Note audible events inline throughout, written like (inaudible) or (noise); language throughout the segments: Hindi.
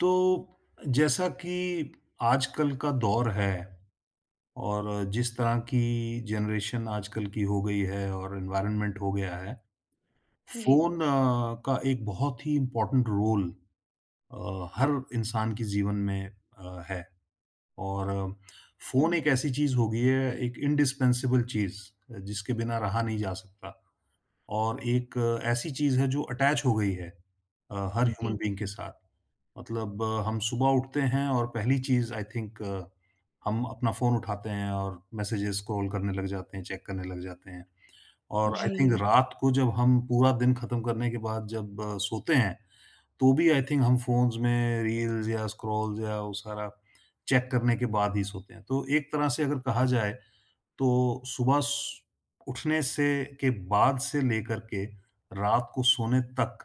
तो जैसा कि आजकल का दौर है और जिस तरह की जनरेशन आजकल की हो गई है और एनवायरनमेंट हो गया है, जी। फ़ोन का एक बहुत ही इम्पोर्टेंट रोल हर इंसान के जीवन में है और फ़ोन हुँ। एक ऐसी चीज़ हो गई है, एक इंडिस्पेंसेबल चीज़, जिसके बिना रहा नहीं जा सकता। और एक ऐसी चीज़ है जो अटैच हो गई है अ, हर हुँ। ह्यूमन जी। बीइंग के साथ। मतलब हम सुबह उठते हैं और पहली चीज़ आई थिंक हम अपना फ़ोन उठाते हैं और मैसेजेस स्क्रॉल करने लग जाते हैं, चेक करने लग जाते हैं। और आई जी। थिंक रात को जब हम पूरा दिन खत्म करने के बाद जब सोते हैं, तो भी आई थिंक हम फ़ोन्स में रील्स या स्क्रॉल्स या वो सारा चेक करने के बाद ही सोते हैं। तो एक तरह से अगर कहा जाए तो सुबह स उठने से के बाद से लेकर के रात को सोने तक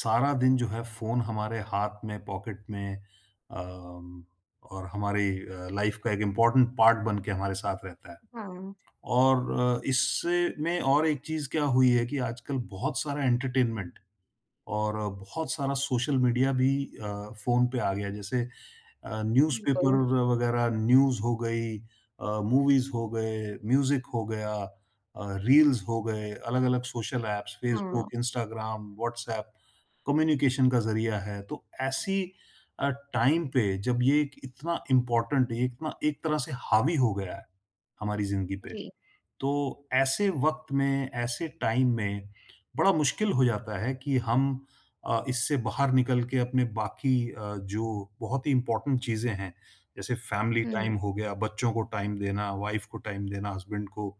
सारा दिन जो है फ़ोन हमारे हाथ में, पॉकेट में और हमारी लाइफ़ का एक इम्पोर्टेंट पार्ट बन के हमारे साथ रहता है। हाँ। और इससे में और एक चीज़ क्या हुई है कि आजकल बहुत सारा एंटरटेनमेंट और बहुत सारा सोशल मीडिया भी फ़ोन पे आ गया है। जैसे बिल्कुल। न्यूज़पेपर वगैरह न्यूज़ हो गई मूवीज़ हो गए, म्यूज़िक हो गया रील्स हो गए, अलग-अलग सोशल ऐप्स हाँ। फ़ेसबुक, इंस्टाग्राम, व्हाट्सऐप कम्युनिकेशन का ज़रिया है। तो ऐसी अ, टाइम पे जब ये एक इतना इम्पोर्टेंट ये इतना एक तरह से हावी हो गया है हमारी ज़िंदगी पे जी। तो ऐसे वक़्त में, ऐसे टाइम में बड़ा मुश्किल हो जाता है कि हम इससे बाहर निकल के अपने बाकी जो बहुत ही इम्पोर्टेंट चीज़ें हैं, जैसे फैमिली हुँ। टाइम हो गया, बच्चों को टाइम देना, वाइफ़ को टाइम देना, हस्बैंड को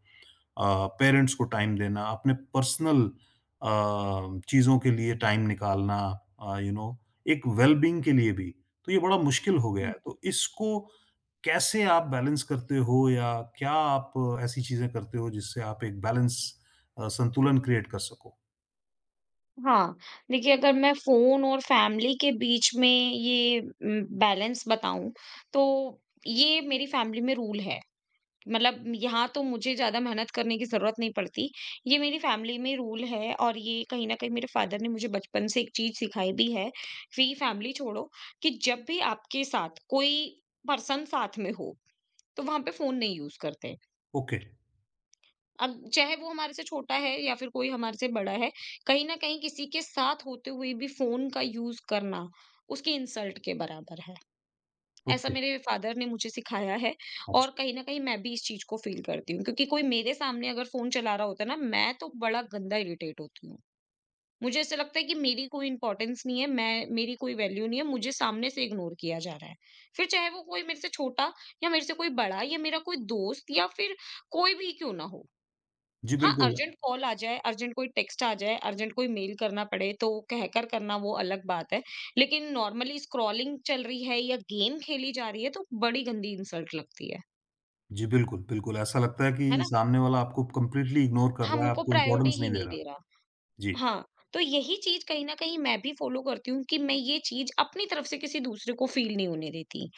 पेरेंट्स को टाइम देना, अपने पर्सनल अ, चीज़ों के लिए टाइम निकालना यू नो एक वेल-बीइंग के लिए भी, तो ये बड़ा मुश्किल हो गया हुँ। है। तो इसको कैसे आप बैलेंस करते हो या क्या आप ऐसी चीज़ें करते हो जिससे आप एक बैलेंस संतुलन क्रिएट कर सको? हाँ। देखिए, अगर मैं फ़ोन और फ़ैमिली के बीच में ये बैलेंस बताऊँ, तो ये मेरी फ़ैमिली में रूल है। मतलब यहाँ तो मुझे ज़्यादा मेहनत करने की ज़रूरत नहीं पड़ती, ये मेरी फ़ैमिली में रूल है और ये कहीं न कहीं मेरे फ़ादर ने मुझे बचपन से एक चीज़ सिखाई भी है, कि फ़ैमिली छोड़ो, कि जब भी आपके साथ कोई पर्सन साथ में हो, तो वहाँ पे फ़ोन नहीं यूज़ करते। ओके, अब चाहे वो हमारे से छोटा है या फिर कोई हमारे से बड़ा है, कहीं न कहीं किसी के साथ होते हुए भी फ़ोन का यूज़ करना, उसकी इंसल्ट के बराबर है। ऐसा ओके, मेरे फादर ने मुझे सिखाया है। और अच्छा। कहीं न कहीं मैं भी इस चीज़ को फ़ील करती हूँ, क्योंकि कोई मेरे सामने अगर फ़ोन चला रहा होता है ना, मैं तो बड़ा गंदा इरिटेट होती हूँ। मुझे ऐसा लगता है कि मेरी कोई इम्पोर्टेंस नहीं है, मैं मेरी कोई वैल्यू नहीं है, मुझे सामने से इग्नोर किया जा रहा है। फिर चाहे वो कोई मेरे से छोटा या मेरे से कोई बड़ा या मेरा कोई दोस्त या फिर कोई भी क्यों ना हो। जी, हाँ, बिल्कुल। अर्जेंट कॉल आ जाए, अर्जेंट कोई टेक्स्ट आ जाए, अर्जेंट कोई मेल करना पड़े तो कहकर करना, वो अलग बात है। लेकिन नॉर्मली स्क्रॉलिंग चल रही है या गेम खेली जा रही है तो बड़ी गंदी इंसल्ट लगती है। जी, बिल्कुल, बिल्कुल, ऐसा लगता है कि है ना? सामने वाला आपको कंप्लीटली इग्नोर कर रहा है, हमको आपको प्रायोरिटी इम्पोर्टेंस ही नहीं दे नहीं रहा। दे रहा। जी, हाँ, तो यही चीज़ कहीं न कहीं मैं भी फ़ॉलो करती हूँ, कि मैं ये चीज़ अपनी तरफ से किसी दूसरे को फ़ील नहीं होने देती।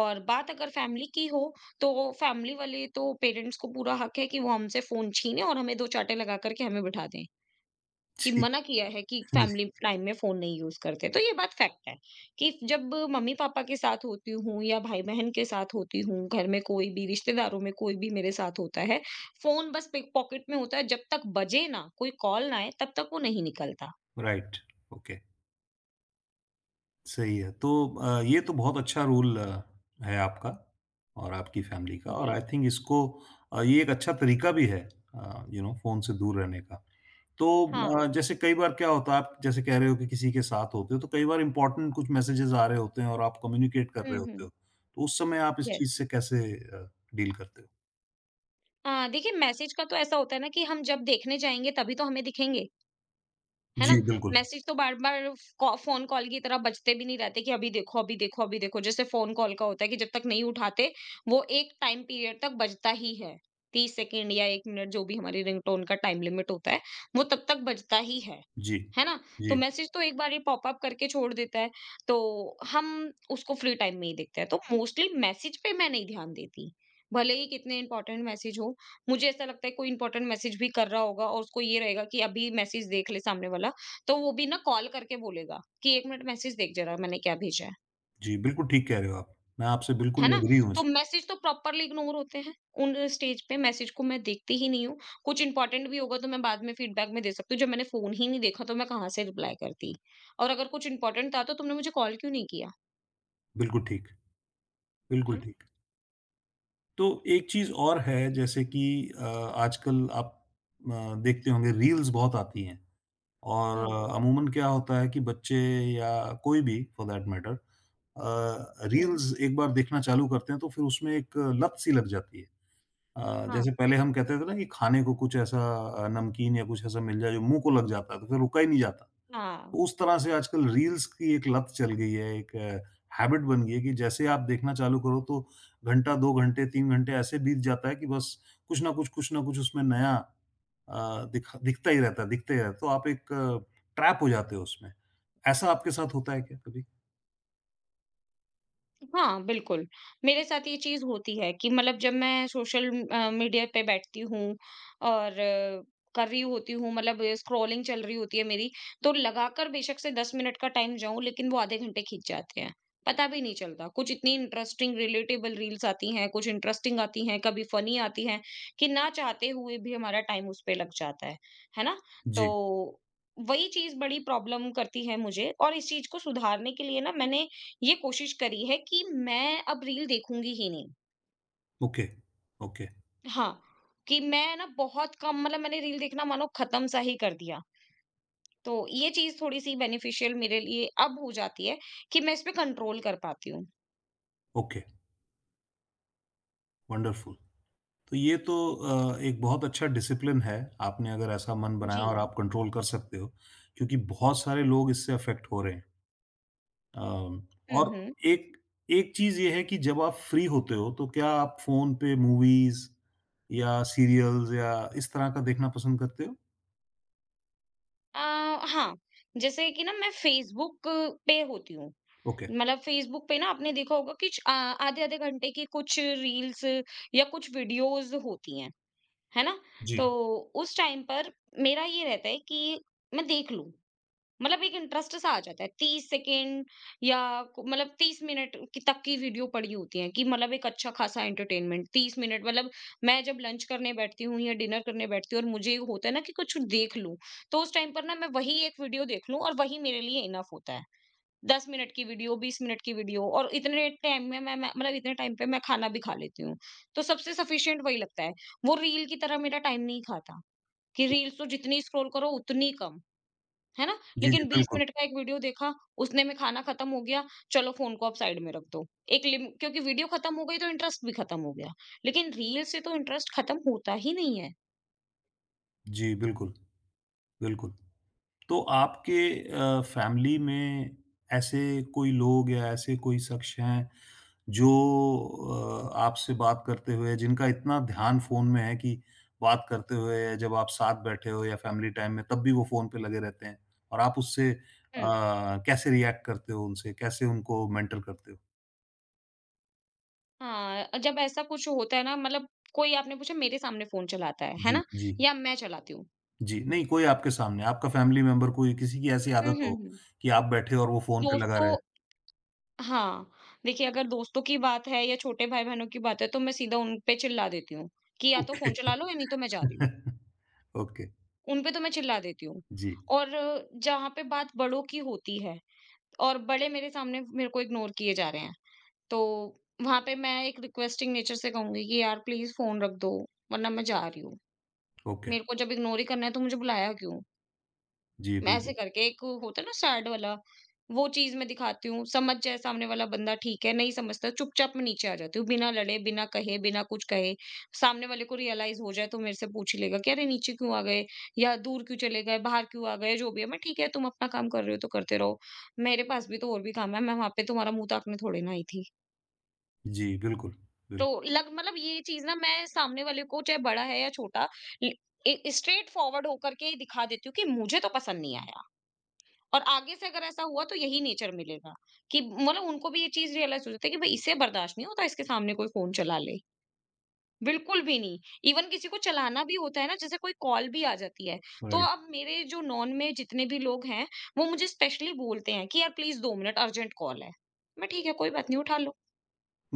और बात अगर फैमिली की हो, तो फैमिली वाले तो पेरेंट्स को पूरा हक है कि वो हमसे फ़ोन छीनें और हमें 2 चाँटे लगा कर के हमें बिठा दें। कि जी, मना किया है कि (laughs) जी, फैमिली टाइम में फोन नहीं यूज करते, तो ये बात फैक्ट है कि जब मम्मी पापा के साथ होती हूँ या भाई बहन के साथ होती हूँ, घर में कोई भी, रिश्तेदारों में कोई भी मेरे साथ होता है, फोन बस पॉकेट में होता है। जब तक बजे ना, कोई कॉल ना आए, तब तक वो नहीं निकलता। Right, okay. सही है। तो ये तो बहुत अच्छा रूल है आपका और आपकी फैमिली का और जी। आई थिंक इसको ये एक अच्छा तरीका भी है यू नो फ़ोन से दूर रहने का। तो हाँ। जैसे कई बार क्या होता है आप जैसे कह रहे हो कि किसी के साथ होते हो तो कई बार इम्पोर्टेंट कुछ मैसेजेज़ आ रहे होते हैं और आप कम्युनिकेट कर रहे हम्म, होते हम्म। हो। तो उस समय आप इस यस। चीज़ से कैसे डील करते हो? हाँ, देखिए, मैसेज का तो ऐसा होता है ना कि हम जब देखने जाएंगे तभी तो हमें दिखेंगे। है ना? जी, बिल्कुल। मैसेज तो बार-बार कॉ फ़ोन कॉल की तरह बजते भी नहीं रहते कि अभी देखो, अभी देखो, अभी देखो। जैसे फ़ोन कॉल का होता है कि जब तक नहीं उठाते, वो एक टाइम पीरियड तक बजता ही है। 30 सेकंड या 1 मिनट, जो भी हमारी रिंगटोन का टाइम लिमिट होता है, वो तब तक बजता ही है। जी। है ना? तो जी। मैसेज तो एक बार ही पॉपअप करके छोड़ देता है, तो हम उसको फ्री टाइम में ही देखते हैं। तो मोस्टली मैसेज पे मैं नहीं ध्यान देती, भले ही कितने इम्पोर्टेंट मैसेज हो। मुझे ऐसा लगता है, कोई इम्पोर्टेंट मैसेज भी कर रहा होगा और उसको ये रहेगा कि अभी मैसेज देख ले सामने वाला, तो वो भी ना कॉल करके बोलेगा कि 1 मिनट, मैसेज देख ज़रा मैंने क्या भेजा है। जी, बिल्कुल ठीक कह रहे हो आप। मैं आपसे है बिल्कुल ना? एग्री हूँ तो इस मैसेज तो प्रॉपरली इग्नोर होते हैं, उन स्टेज पे मैसेज को मैं देखती ही नहीं हूँ। कुछ इम्पोर्टेंट भी होगा तो मैं बाद में फीडबैक में दे सकती हूँ। जब मैंने फ़ोन ही नहीं देखा तो मैं कहाँ से रिप्लाई करती? और अगर कुछ इम्पोर्टेंट था तो तुमने मुझे कॉल क्यों नहीं किया? बिल्कुल ठीक। बिल्कुल है ना? ठीक। तो एक चीज़ और है जैसे कि आजकल आप देखते होंगे रील्स बहुत आती हैं और हाँ। अमूमन क्या होता है कि बच्चे या कोई भी फॉर दैट मैटर हुँ। रील्स एक बार देखना चालू करते हैं तो फिर उसमें एक लत सी लग जाती है। हाँ, जैसे पहले हम कहते थे ना कि खाने को कुछ ऐसा नमकीन या कुछ ऐसा मिल जाए जो मुँह को लग जाता है तो फिर रुका ही नहीं जाता। हाँ। तो उस तरह से आजकल रील्स की एक लत चल गई है, एक हैबिट बन गई है कि जैसे आप देखना चालू करो तो घंटा, 2 घंटे, 3 घंटे ऐसे बीत जाता है कि बस कुछ ना कुछ उसमें नया दिखता ही रहता है दिखता ही रहता है। तो आप एक ट्रैप हो जाते हो उसमें। ऐसा आपके साथ होता है क्या कभी? हाँ, बिल्कुल। मेरे साथ ये चीज़ होती है कि मतलब जब मैं सोशल मीडिया पे बैठती हूँ और कर रही होती हूँ, मतलब स्क्रॉलिंग चल रही होती है मेरी, तो लगाकर बेशक से 10 मिनट का टाइम जाऊँ, लेकिन वो आधे घंटे खींच जाते हैं। पता भी नहीं चलता। कुछ इतनी इंटरेस्टिंग, रिलेटेबल रील्स आती हैं, कुछ इंटरेस्टिंग आती हैं, कभी फ़नी आती हैं कि ना चाहते हुए भी हमारा टाइम उस पे लग जाता है। है ना? तो जी। वही चीज़ बड़ी प्रॉब्लम करती है मुझे, और इस चीज़ को सुधारने के लिए ना मैंने ये कोशिश करी है कि मैं अब रील देखूंगी ही नहीं। ओके, ओके, हाँ, कि मैं ना बहुत कम, मतलब मैंने रील देखना मानो खत्म सा ही कर दिया। तो ये चीज़ थोड़ी-सी बेनिफिशियल मेरे लिए अब हो जाती है कि मैं इसपे कंट्रोल कर पाती हूँ। Okay, wonderful. तो ये तो एक बहुत अच्छा डिसिप्लिन है, आपने अगर ऐसा मन बनाया जी। और आप कंट्रोल कर सकते हो, क्योंकि बहुत सारे लोग इससे अफ़ेक्ट हो रहे हैं। अम, हुँ, और हुँ। एक एक चीज़ ये है कि जब आप फ्री होते हो, तो क्या आप फ़ोन पे मूवीज़ या सीरियल्स या इस तरह का देखना पसंद करते हो? अ, हाँ, जैसे कि ना मैं फ़ेसबुक पे होती हूँ। ओके, मतलब फ़ेसबुक पे ना आपने देखा होगा कि आधे-आधे घंटे की कुछ रील्स या कुछ वीडियोज़ होती हैं, है ना? जी। तो उस टाइम पर मेरा ये रहता है कि मैं देख लूँ। मतलब एक इंटरेस्ट सा आ जाता है। 30 सेकेंड या मतलब 30 मिनट की तक की वीडियो पड़ी होती है कि, मतलब एक अच्छा खासा एंटरटेनमेंट 30 मिनट, मतलब मैं जब लंच करने बैठती हूँ या डिनर करने बैठती हूँ और मुझे ये होता है ना कि कुछ देख लूं, तो उस टाइम पर ना मैं वही एक वीडियो देख लूं, और वही मेरे लिए इनफ होता है। 10 मिनट की वीडियो, 20 मिनट की वीडियो, और इतने टाइम में मतलब इतने टाइम पे मैं खाना भी खा लेती हूँ। तो सबसे सफिशियंट वही लगता है। वो रील की तरह मेरा टाइम नहीं खाता, कि रील्स तो जितनी स्क्रॉल करो उतनी कम। है ना? जी, जी, लेकिन 20 बिल्कुल। मिनट का एक वीडियो देखा, उतने में खाना खत्म हो गया, चलो फ़ोन को आप साइड में रख दो। एक लिम क्योंकि वीडियो खत्म हो गई तो इंटरेस्ट भी खत्म हो गया। लेकिन रील से तो इंटरेस्ट खत्म होता ही नहीं है। जी, बिल्कुल, बिल्कुल। तो आपके फैमिली में ऐसे कोई लोग या ऐसे कोई शख्स हैं जो आपसे बात करते हुए जिनका इतना ध्यान फ़ोन में है कि बात करते हुए या जब आप साथ बैठे हो या फैमिली टाइम में तब भी वो फ़ोन पे लगे रहते हैं और आप उससे हुँ। कैसे रिएक्ट करते हो उनसे? कैसे उनको मेंटर करते हो? हाँ, जब ऐसा कुछ होता है ना, मतलब कोई आपने पूछा, मेरे सामने फ़ोन चलाता है जी, ना? जी। या मैं चलाती हूँ। जी, नहीं कोई आपके सामने, आपका फैमिली मेंबर कोई किसी की ऐसी हुँ, आदत हुँ, हो हुँ। कि आप बैठे हो और वो फ़ोन पे लगा दोस्तों, रहे। हाँ, देखिए, अगर दोस्तों की बात है या छोटे भाई-बहनों की बात है, तो मैं सीधा उन पे चिल्ला देती हूँ, कि या तो फ़ोन ओके। चला लो या नहीं तो मैं जा रही हूँ। (laughs) ओके, उन पे तो मैं चिल्ला देती हूँ। जी। और जहाँ पे बात बड़ों की होती है और बड़े मेरे सामने मेरे को इग्नोर किए जा रहे हैं, तो वहाँ पे मैं एक रिक्वेस्टिंग नेचर से कहूँगी कि यार, प्लीज़ फ़ोन रख दो, वरना मैं जा रही हूँ। ओके। मेरे को जब इग्नोर ही करना है तो मुझे बुलाया क्यों? जी, मैं ऐसे बिल्कुल। करके, एक होता है ना सैड वाला, वो चीज मैं दिखाती हूँ। समझ जाए सामने वाला बंदा, ठीक है, नहीं समझता, चुपचाप मैं नीचे आ जाती हूँ, बिना लड़े, बिना कहे, बिना कुछ कहे। सामने वाले को रियलाइज हो जाए तो मेरे से पूछ ही लेगा कि अरे, नीचे क्यों आ गए, या दूर क्यों चले गए, बाहर क्यों आ गए। जो भी है, मैं ठीक है, तुम अपना काम कर रहे हो तो करते रहो, मेरे पास भी तो और भी काम है। मैं वहां पे तुम्हारा मुंह ताकने थोड़ी ना आई थी। जी, बिल्कुल, तो बिल लग मतलब ये चीज ना मैं सामने वाले को, चाहे बड़ा है या छोटा, स्ट्रेट फॉरवर्ड होकर के ही दिखा देती हूँ कि मुझे तो पसंद नहीं आया, और आगे से अगर ऐसा हुआ तो यही नेचर मिलेगा, कि मतलब उनको भी ये चीज रियलाइज हो जाती है कि भाई इसे बर्दाश्त नहीं होता, इसके सामने कोई फोन चला ले बिल्कुल भी नहीं। इवन किसी को चलाना भी होता है ना, जैसे कोई कॉल भी आ जाती है, तो राइट, अब मेरे जो नॉन में जितने भी लोग हैं, वो मुझे स्पेशली बोलते हैं कि यार प्लीज 2 मिनट, अर्जेंट कॉल है। मैं, ठीक है, कोई बात नहीं, उठा लो।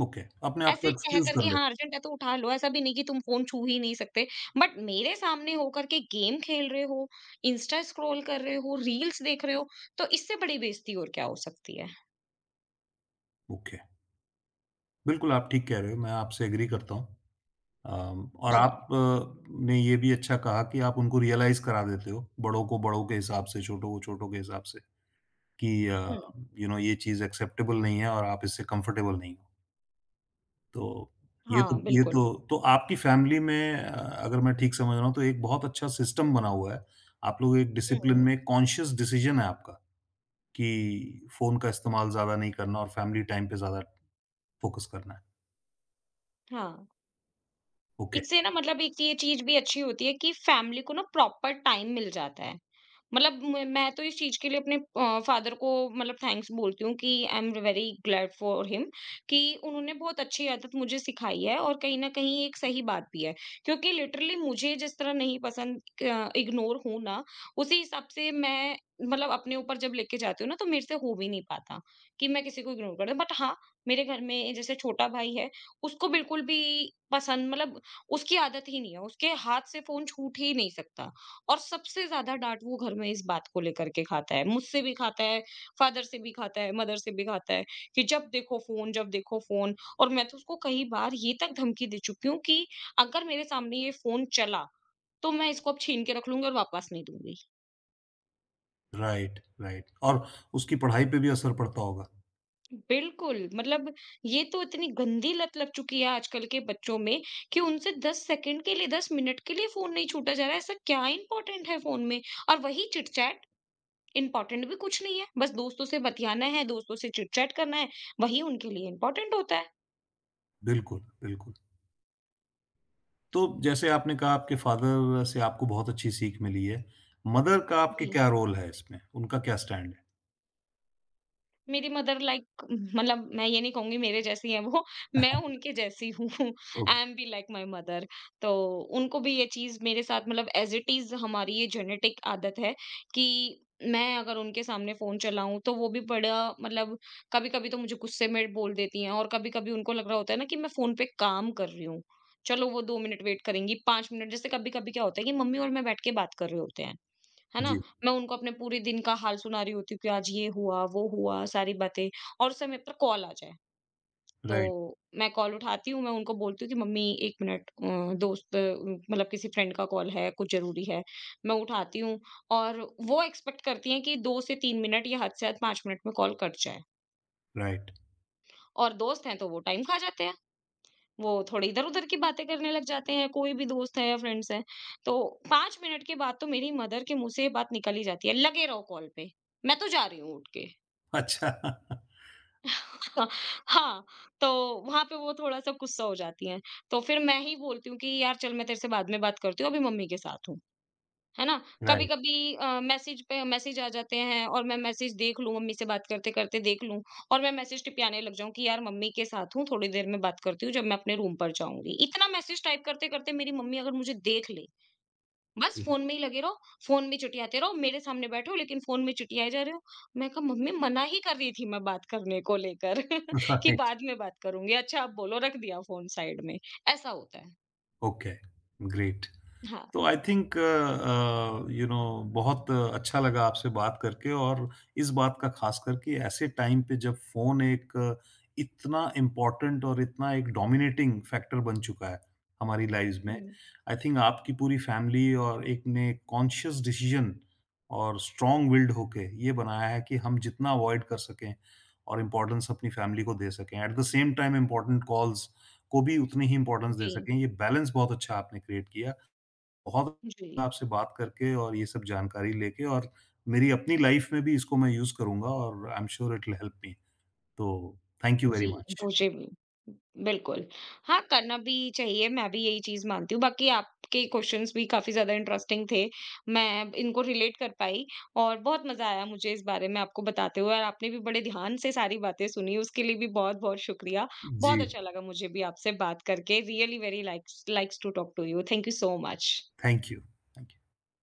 ओके। अपने आप को ऐसे कह एक्सक्यूज़ करके, कर हाँ लेते अर्जेंट है तो उठा लो, ऐसा भी नहीं कि तुम फोन छू ही नहीं सकते, बट मेरे सामने होकर के गेम खेल रहे हो, इंस्टा स्क्रॉल कर रहे हो, रील्स देख रहे हो, तो इससे बड़ी बेइज्जती और क्या हो सकती है? ओके। बिल्कुल, आप ठीक कह रहे हो, मैं आपसे एग्री करता हूँ। और जी। आप ने ये भी अच्छा कहा कि आप उनको रियलाइज़ करा देते हो, बड़ों को बड़ों के हिसाब से, छोटों को छोटों के हिसाब से कि हम्म। यू नो ये चीज़ एक्सेप्टेबल नहीं है और आप इससे कंफर्टेबल नहीं हो। तो ये तो हाँ, ये बिल्कुल। तो तो आपकी फैमिली में अगर मैं ठीक समझ रहा हूँ तो एक बहुत अच्छा सिस्टम बना हुआ है। आप लोग एक डिसिप्लिन हम्म। में कॉन्शियस डिसीज़न है आपका। कि फ़ोन का इस्तेमाल ज़्यादा नहीं करना और फैमिली टाइम पे ज़्यादा फ़ोकस करना है। हाँ, ओके, इससे ना, मतलब एक ये चीज भी अच्छी होती है कि फैमिली को ना प्रॉपर टाइम मिल जाता है। मतलब मैं तो इस चीज के लिए अपने फादर को, मतलब थैंक्स बोलती हूँ कि I am very glad for him, कि उन्होंने बहुत अच्छी आदत मुझे सिखाई है, और कहीं ना कहीं एक सही बात भी है क्योंकि लिटरली मुझे जिस तरह नहीं पसंद इग्नोर हूं ना, उसी हिसाब से मैं मतलब अपने ऊपर जब लेके जाती हूँ ना, तो मेरे से हो भी नहीं पाता कि मैं किसी को इग्नोर कर दूं। बट हाँ, मेरे घर में जैसे छोटा भाई है, उसको बिल्कुल भी पसंद, मतलब उसकी आदत ही नहीं है, उसके हाथ से फ़ोन छूट ही नहीं सकता। और सबसे ज़्यादा डाँट वो घर में इस बात को लेकर के खाता है। मुझसे भी खाता है, फ़ादर से भी खाता है, मदर से भी खाता है कि जब देखो फ़ोन, जब देखो फ़ोन, और मैं तो उसको कई बार ये तक धमकी दे चुकी हूँ कि अगर मेरे सामने ये फ़ोन चला, तो मैं इसको अब छीन के रख लूँगी और वापस नहीं दूँगी। राइट, और उसकी पढ़ाई पे भी असर पड़ता होगा। बिल्कुल। मतलब, ये तो इतनी गंदी लत लग चुकी है आजकल के बच्चों में कि उनसे 10 सेकंड के लिए, 10 मिनट के लिए फ़ोन नहीं छूटा जा रहा है। ऐसा क्या इंपॉर्टेंट है फ़ोन में? और वही चिट-चैट। इम्पोर्टेंट भी कुछ नहीं है, बस दोस्तों से बतियाना है, दोस्तों से चिट-चैट करना है, वही उनके लिए इम्पोर्टेंट होता है। बिल्कुल, बिल्कुल। तो जैसे आपने कहा आपके फ़ादर से आपको बहुत अच्छी सीख मिली है। मदर का आपके जी, क्या रोल है इसमें? उनका क्या स्टैंड है? मेरी मदर लाइक, मतलब मैं ये नहीं कहूँगी मेरे जैसी हैं वो, (laughs) मैं (laughs) उनके जैसी हूँ। (laughs) I okay, am be like my mother. तो उनको भी ये चीज़ मेरे साथ, मतलब एज़ इट इज़, हमारी ये जेनेटिक आदत है कि मैं अगर उनके सामने फ़ोन चलाऊँ तो वो भी बड़ा, मतलब कभी-कभी तो मुझे गुस्से में बोल देती हैं, और कभी-कभी उनको लग रहा होता है ना कि मैं फ़ोन पे काम कर रही हूँ। चलो, वो 2 मिनट वेट करेंगी, 5 मिनट। जैसे कभी-कभी क्या होता है कि मम्मी और मैं बैठ के बात कर रहे होते हैं। है ना? जी, मैं उनको अपने पूरे दिन का हाल सुना रही होती हूँ कि आज ये हुआ, वो हुआ, सारी बातें, और उस समय पर कॉल आ जाए। राइट, तो मैं कॉल उठाती हूँ, मैं उनको बोलती हूँ कि मम्मी, 1 मिनट। दोस्त। मतलब किसी फ्रेंड का कॉल है, कुछ ज़रूरी है। मैं उठाती हूँ, और वो एक्सपेक्ट करती हैं कि 2 से 3 मिनट, या हद से हद 5 मिनट में कॉल कट जाए। राइट। और दोस्त हैं तो वो टाइम खा जाते हैं। वो थोड़ी इधर-उधर की बातें करने लग जाते हैं, कोई भी दोस्त है या फ्रेंड्स हैं। तो 5 मिनट के बाद तो मेरी मदर के मुँह से ये बात निकल ही जाती है, "लगे रहो कॉल पे, मैं तो जा रही हूँ उठ के।" अच्छा, (laughs) (laughs) हाँ। तो वहाँ पे वो थोड़ा-सा गुस्सा हो जाती हैं। तो फिर मैं ही बोलती हूँ कि, "यार चल, मैं तेरे से बाद में बात करती हूँ, अभी मम्मी के साथ हूँ।" है ना? राइट, कभी-कभी मैसेज पे मैसेज आ जाते हैं, और मैं मैसेज देख लूँ, मम्मी से बात करते-करते देख लूँ, और मैं मैसेज टिपियाने लग जाऊँ कि यार, मम्मी के साथ हूँ, थोड़ी देर में बात करती हूँ जब मैं अपने रूम पर जाऊँगी। इतना मैसेज टाइप करते-करते मेरी मम्मी अगर मुझे देख ले, "बस फ़ोन में ही लगे रहो, फ़ोन में चुटियाते रहो, मेरे सामने बैठे हो लेकिन फ़ोन में चुटियाए जा रहे हो।" मैं कहा, मम्मी मना ही कर रही थी मैं बात करने को लेकर (laughs) कि राइट, बाद में बात करूँगी। अच्छा, आप बोलो, रख दिया फ़ोन साइड में। ऐसा होता है। Okay, great. हाँ। तो आई थिंक यू नो बहुत अच्छा लगा आपसे बात करके और इस बात का खास करके ऐसे टाइम पे जब फ़ोन एक इतना इम्पोर्टेंट और इतना एक डोमिनेटिंग फैक्टर बन चुका है हमारी लाइफ़्स में। हुँ। आई थिंक आपकी पूरी फ़ैमिली और एक ने कॉन्शियस डिसीज़न और स्ट्रॉन्ग विल्ड होके ये बनाया है कि हम जितना अवॉइड कर सकें और इम्पोर्टेंस अपनी फ़ैमिली को दे सकें। At the same time important calls को भी उतनी ही इम्पोर्टेंस दे जी, सकें। ये बैलेंस बहुत अच्छा आपने क्रिएट किया। बहुत जी। आपसे बात करके और ये सब जानकारी लेके और मेरी अपनी लाइफ में भी इसको मैं यूज़ करूँगा और I am sure it will help me. तो थैंक यू जी, वेरी मच। मुझे भी। बिल्कुल। हाँ, करना भी चाहिए, मैं भी यही चीज़ मानती हूँ। बाकी आपके क्वेश्चंस भी काफ़ी ज़्यादा इंटरेस्टिंग थे, मैं इनको रिलेट कर पाई, और बहुत मज़ा आया मुझे इस बारे में आपको बताते हुए। और आपने भी बड़े ध्यान से सारी बातें सुनी, उसके लिए भी बहुत-बहुत शुक्रिया। जी, बहुत अच्छा लगा मुझे भी आपसे बात करके, really very likes likes to talk to you. Thank you so much. Thank you. Thank you.